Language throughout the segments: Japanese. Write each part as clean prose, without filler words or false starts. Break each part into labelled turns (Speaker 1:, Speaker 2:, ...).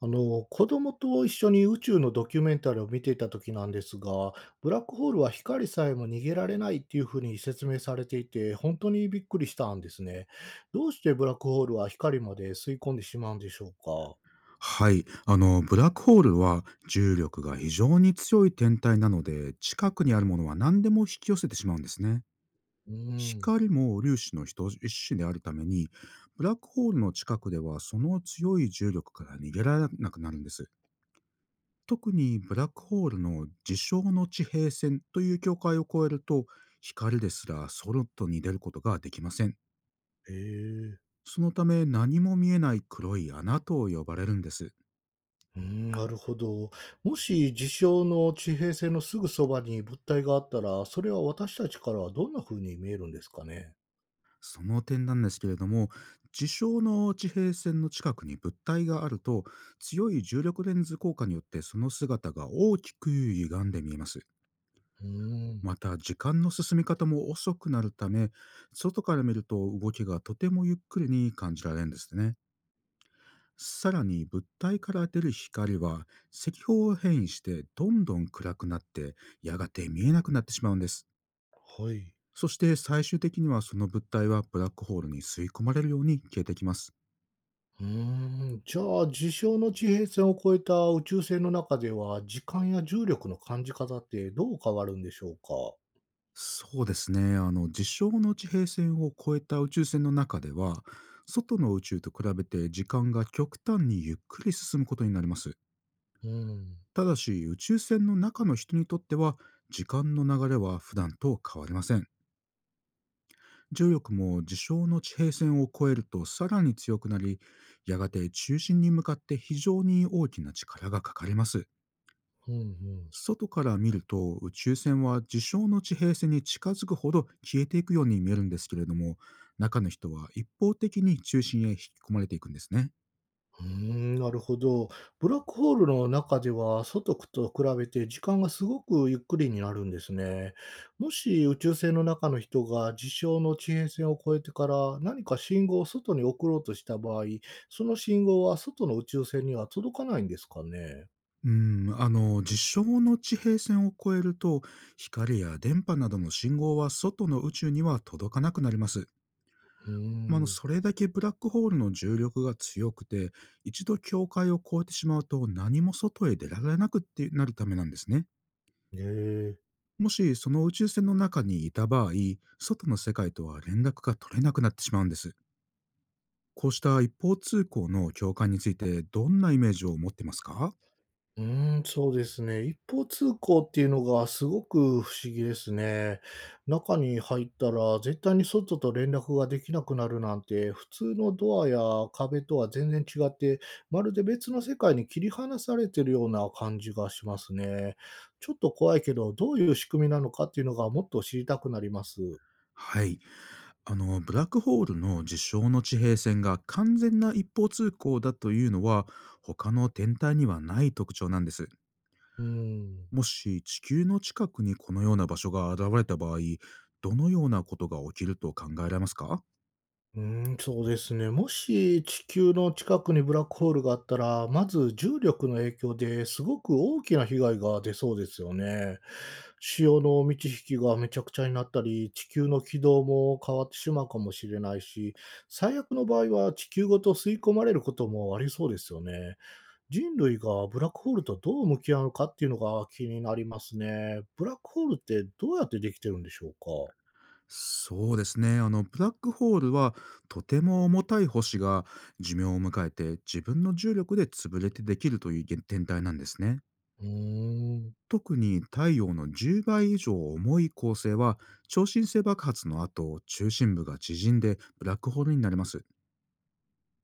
Speaker 1: 子供と一緒に宇宙のドキュメンタリーを見ていた時なんですが、ブラックホールは光さえも逃げられないっていうふうに説明されていて、本当にびっくりしたんですね。どうしてブラックホールは光まで吸い込んでしまうんでしょうか。
Speaker 2: はい。ブラックホールは重力が非常に強い天体なので、近くにあるものは何でも引き寄せてしまうんですね。
Speaker 1: うん。
Speaker 2: 光も粒子の一種であるために、ブラックホールの近くではその強い重力から逃げられなくなるんです。特にブラックホールの事象の地平線という境界を越えると、光ですら外に出ることができません。
Speaker 1: へえ。
Speaker 2: そのため何も見えない黒い穴と呼ばれるんです。
Speaker 1: うん、なるほど。もし事象の地平線のすぐそばに物体があったら、それは私たちからはどんな風に見えるんですかね。
Speaker 2: その点なんですけれども、事象の地平線の近くに物体があると、強い重力レンズ効果によってその姿が大きく歪んで見えます。
Speaker 1: うん。
Speaker 2: また、時間の進み方も遅くなるため、外から見ると動きがとてもゆっくりに感じられるんですね。さらに物体から出る光は赤方を変異してどんどん暗くなってやがて見えなくなってしまうんです。
Speaker 1: はい。
Speaker 2: そして最終的にはその物体はブラックホールに吸い込まれるように消えてきます。
Speaker 1: うーん、じゃあ、事象の地平線を越えた宇宙船の中では、時間や重力の感じ方ってどう変わるんでしょうか。
Speaker 2: そうですね。実証の地平線を超えた宇宙船の中では、外の宇宙と比べて時間が極端にゆっくり進むことになります。
Speaker 1: うん、
Speaker 2: ただし、宇宙船の中の人にとっては、時間の流れは普段と変わりません。重力も事象の地平線を超えるとさらに強くなり、やがて中心に向かって非常に大きな力がかかります。
Speaker 1: うん、うん。
Speaker 2: 外から見ると宇宙船は事象の地平線に近づくほど消えていくように見えるんですけれども、中の人は一方的に中心へ引き込まれていくんですね。
Speaker 1: うーん、なるほど。ブラックホールの中では、外と比べて時間がすごくゆっくりになるんですね。もし宇宙船の中の人が事象の地平線を越えてから何か信号を外に送ろうとした場合、その信号は外の宇宙船には届かないんですかね。
Speaker 2: うん、事象の地平線を越えると、光や電波などの信号は外の宇宙には届かなくなります。
Speaker 1: うーん。
Speaker 2: それだけブラックホールの重力が強くて、一度境界を越えてしまうと何も外へ出られなくってなるためなんですね。
Speaker 1: ねえ。
Speaker 2: もしその宇宙船の中にいた場合、外の世界とは連絡が取れなくなってしまうんです。こうした一方通行の境界についてどんなイメージを持ってますか？
Speaker 1: うーん、そうですね。一方通行っていうのがすごく不思議ですね。中に入ったら絶対に外と連絡ができなくなるなんて、普通のドアや壁とは全然違って、まるで別の世界に切り離されてるような感じがしますね。ちょっと怖いけど、どういう仕組みなのかっていうのがもっと知りたくなります。
Speaker 2: はい。ブラックホールの事象の地平線が完全な一方通行だというのは、他の天体にはない特徴なんです。
Speaker 1: うーん。
Speaker 2: もし地球の近くにこのような場所が現れた場合、どのようなことが起きると考えられますか？
Speaker 1: うーん、そうですね。もし地球の近くにブラックホールがあったら、まず重力の影響ですごく大きな被害が出そうですよね。潮の満ち引きがめちゃくちゃになったり、地球の軌道も変わってしまうかもしれないし、最悪の場合は地球ごと吸い込まれることもありそうですよね。人類がブラックホールとどう向き合うのかっていうのが気になりますね。ブラックホールってどうやってできてるんでしょうか。
Speaker 2: そうですね。ブラックホールは、とても重たい星が寿命を迎えて自分の重力で潰れてできるという天体なんですね。
Speaker 1: うーん。
Speaker 2: 特に太陽の10倍以上重い恒星は、超新星爆発の後、中心部が縮んでブラックホールになります。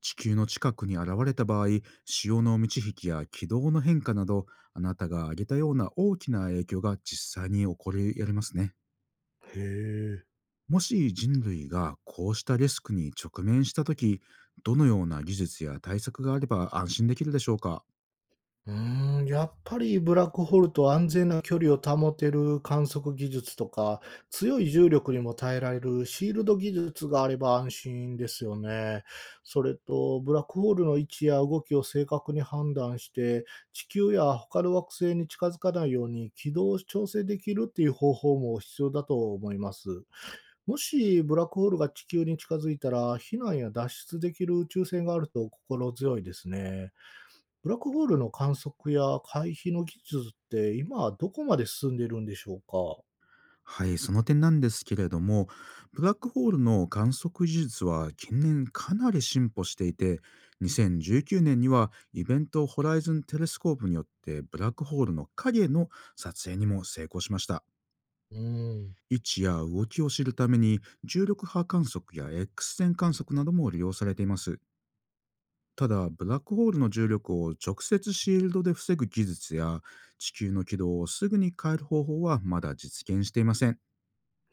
Speaker 2: 地球の近くに現れた場合、潮の満ち引きや軌道の変化など、あなたが挙げたような大きな影響が実際に起こりやりますね。
Speaker 1: へえ。
Speaker 2: もし人類がこうしたリスクに直面したとき、どのような技術や対策があれば安心できるでしょうか？
Speaker 1: うーん、やっぱりブラックホールと安全な距離を保てる観測技術とか、強い重力にも耐えられるシールド技術があれば安心ですよね。それと、ブラックホールの位置や動きを正確に判断して、地球や他の惑星に近づかないように軌道を調整できるっていう方法も必要だと思います。もしブラックホールが地球に近づいたら、避難や脱出できる宇宙船があると心強いですね。ブラックホールの観測や回避の技術って今はどこまで進んでいるんでしょうか？
Speaker 2: はい、その点なんですけれども、ブラックホールの観測技術は近年かなり進歩していて、2019年にはイベントホライズンテレスコープによってブラックホールの影の撮影にも成功しました。
Speaker 1: うーん、
Speaker 2: 位置や動きを知るために、重力波観測や X 線観測なども利用されています。ただ、ブラックホールの重力を直接シールドで防ぐ技術や、地球の軌道をすぐに変える方法はまだ実現していません。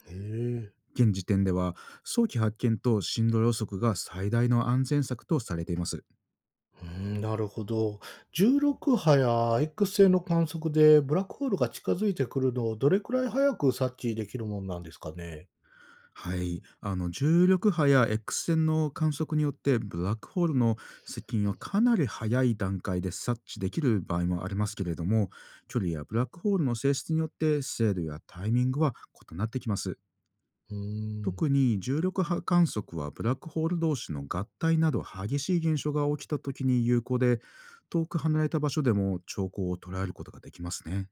Speaker 1: へえ、
Speaker 2: 現時点では、早期発見と進路予測が最大の安全策とされています。
Speaker 1: うーん、なるほど。16波や X 線の観測でブラックホールが近づいてくるのをどれくらい早く察知できるもんなんですかね？
Speaker 2: はい、重力波や X 線の観測によってブラックホールの接近はかなり早い段階で察知できる場合もありますけれども、距離やブラックホールの性質によって精度やタイミングは異なってきます。
Speaker 1: うーん、
Speaker 2: 特に重力波観測はブラックホール同士の合体など激しい現象が起きた時に有効で、遠く離れた場所でも兆候を捉えることができますね。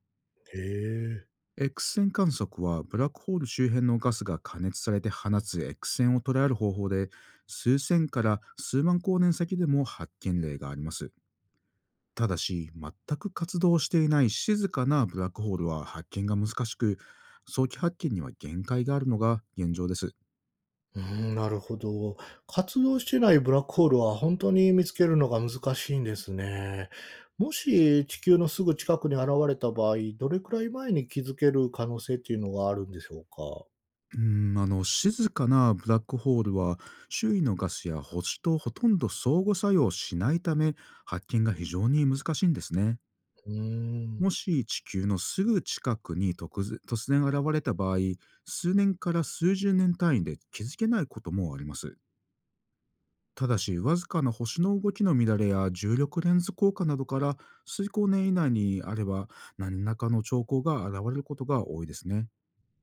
Speaker 1: へえ。
Speaker 2: X 線観測はブラックホール周辺のガスが加熱されて放つ X 線を捉える方法で、数千から数万光年先でも発見例があります。ただし全く活動していない静かなブラックホールは発見が難しく、早期発見には限界があるのが現状です。
Speaker 1: うーん、なるほど。活動してないブラックホールは本当に見つけるのが難しいんですね。もし地球のすぐ近くに現れた場合、どれくらい前に気づける可能性っていうのがあるんでしょうか？
Speaker 2: うん、静かなブラックホールは、周囲のガスや星とほとんど相互作用しないため、発見が非常に難しいんですね。
Speaker 1: うーん、
Speaker 2: もし地球のすぐ近くに突然現れた場合、数年から数十年単位で気づけないこともあります。ただし、わずかな星の動きの乱れや重力レンズ効果などから、数光年以内にあれば、何らかの兆候が現れることが多いですね。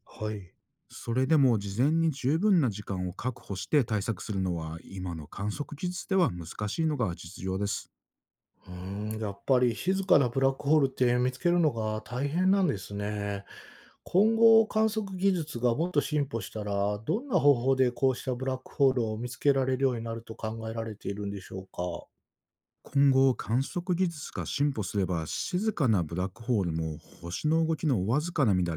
Speaker 1: はい。
Speaker 2: それでも事前に十分な時間を確保して対策するのは今の観測技術では難しいのが実情です。
Speaker 1: うーん、やっぱり静かなブラックホールって見つけるのが大変なんですね。今後観測技術がもっと進歩したら、どんな方法でこうしたブラックホールを見つけられるようになると考えられているんでしょうか？
Speaker 2: 今後観測技術が進歩すれば、静かなブラックホールも星の動きのわずかな乱れ、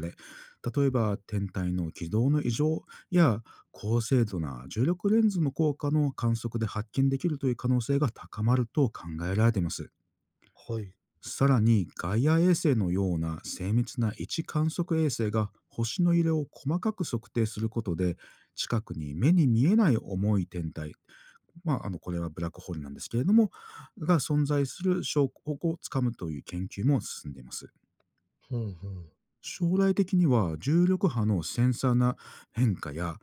Speaker 2: 例えば天体の軌道の異常や高精度な重力レンズの効果の観測で発見できるという可能性が高まると考えられています。
Speaker 1: はい。
Speaker 2: さらにガイア衛星のような精密な位置観測衛星が星の揺れを細かく測定することで、近くに目に見えない重い天体、これはブラックホールなんですけれども、が存在する証拠をつかむという研究も進んでいます。
Speaker 1: ふんふん。
Speaker 2: 将来的には重力波のセンサーな変化や、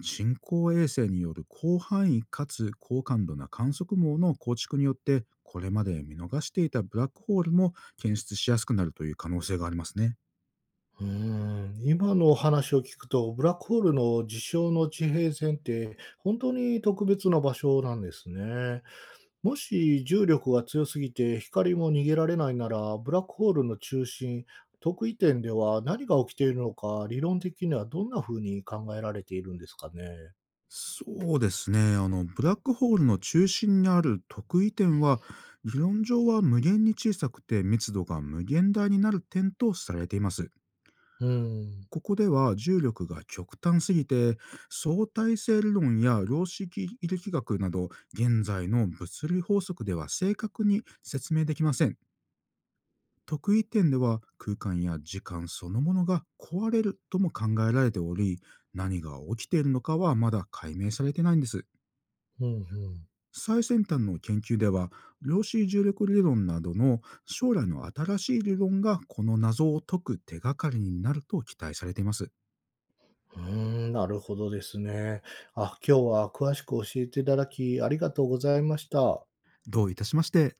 Speaker 2: 人工衛星による広範囲かつ高感度な観測網の構築によって、これまで見逃していたブラックホールも検出しやすくなるという可能性がありますね。
Speaker 1: うーん、今のお話を聞くと、ブラックホールの事象の地平線って本当に特別な場所なんですね。もし重力が強すぎて光も逃げられないなら、ブラックホールの中心、特異点では何が起きているのか、理論的にはどんな風に考えられているんですかね。
Speaker 2: そうですね、ブラックホールの中心にある特異点は、理論上は無限に小さくて密度が無限大になる点とされています。
Speaker 1: うーん、
Speaker 2: ここでは重力が極端すぎて、相対性理論や量子力学など現在の物理法則では正確に説明できません。特異点では空間や時間そのものが壊れるとも考えられており、何が起きているのかはまだ解明されてないんです。
Speaker 1: うん、うん。
Speaker 2: 最先端の研究では、量子重力理論などの将来の新しい理論がこの謎を解く手がかりになると期待されています。
Speaker 1: うーん、なるほどですね。あ、今日は詳しく教えていただきありがとうございました。
Speaker 2: どういたしまして。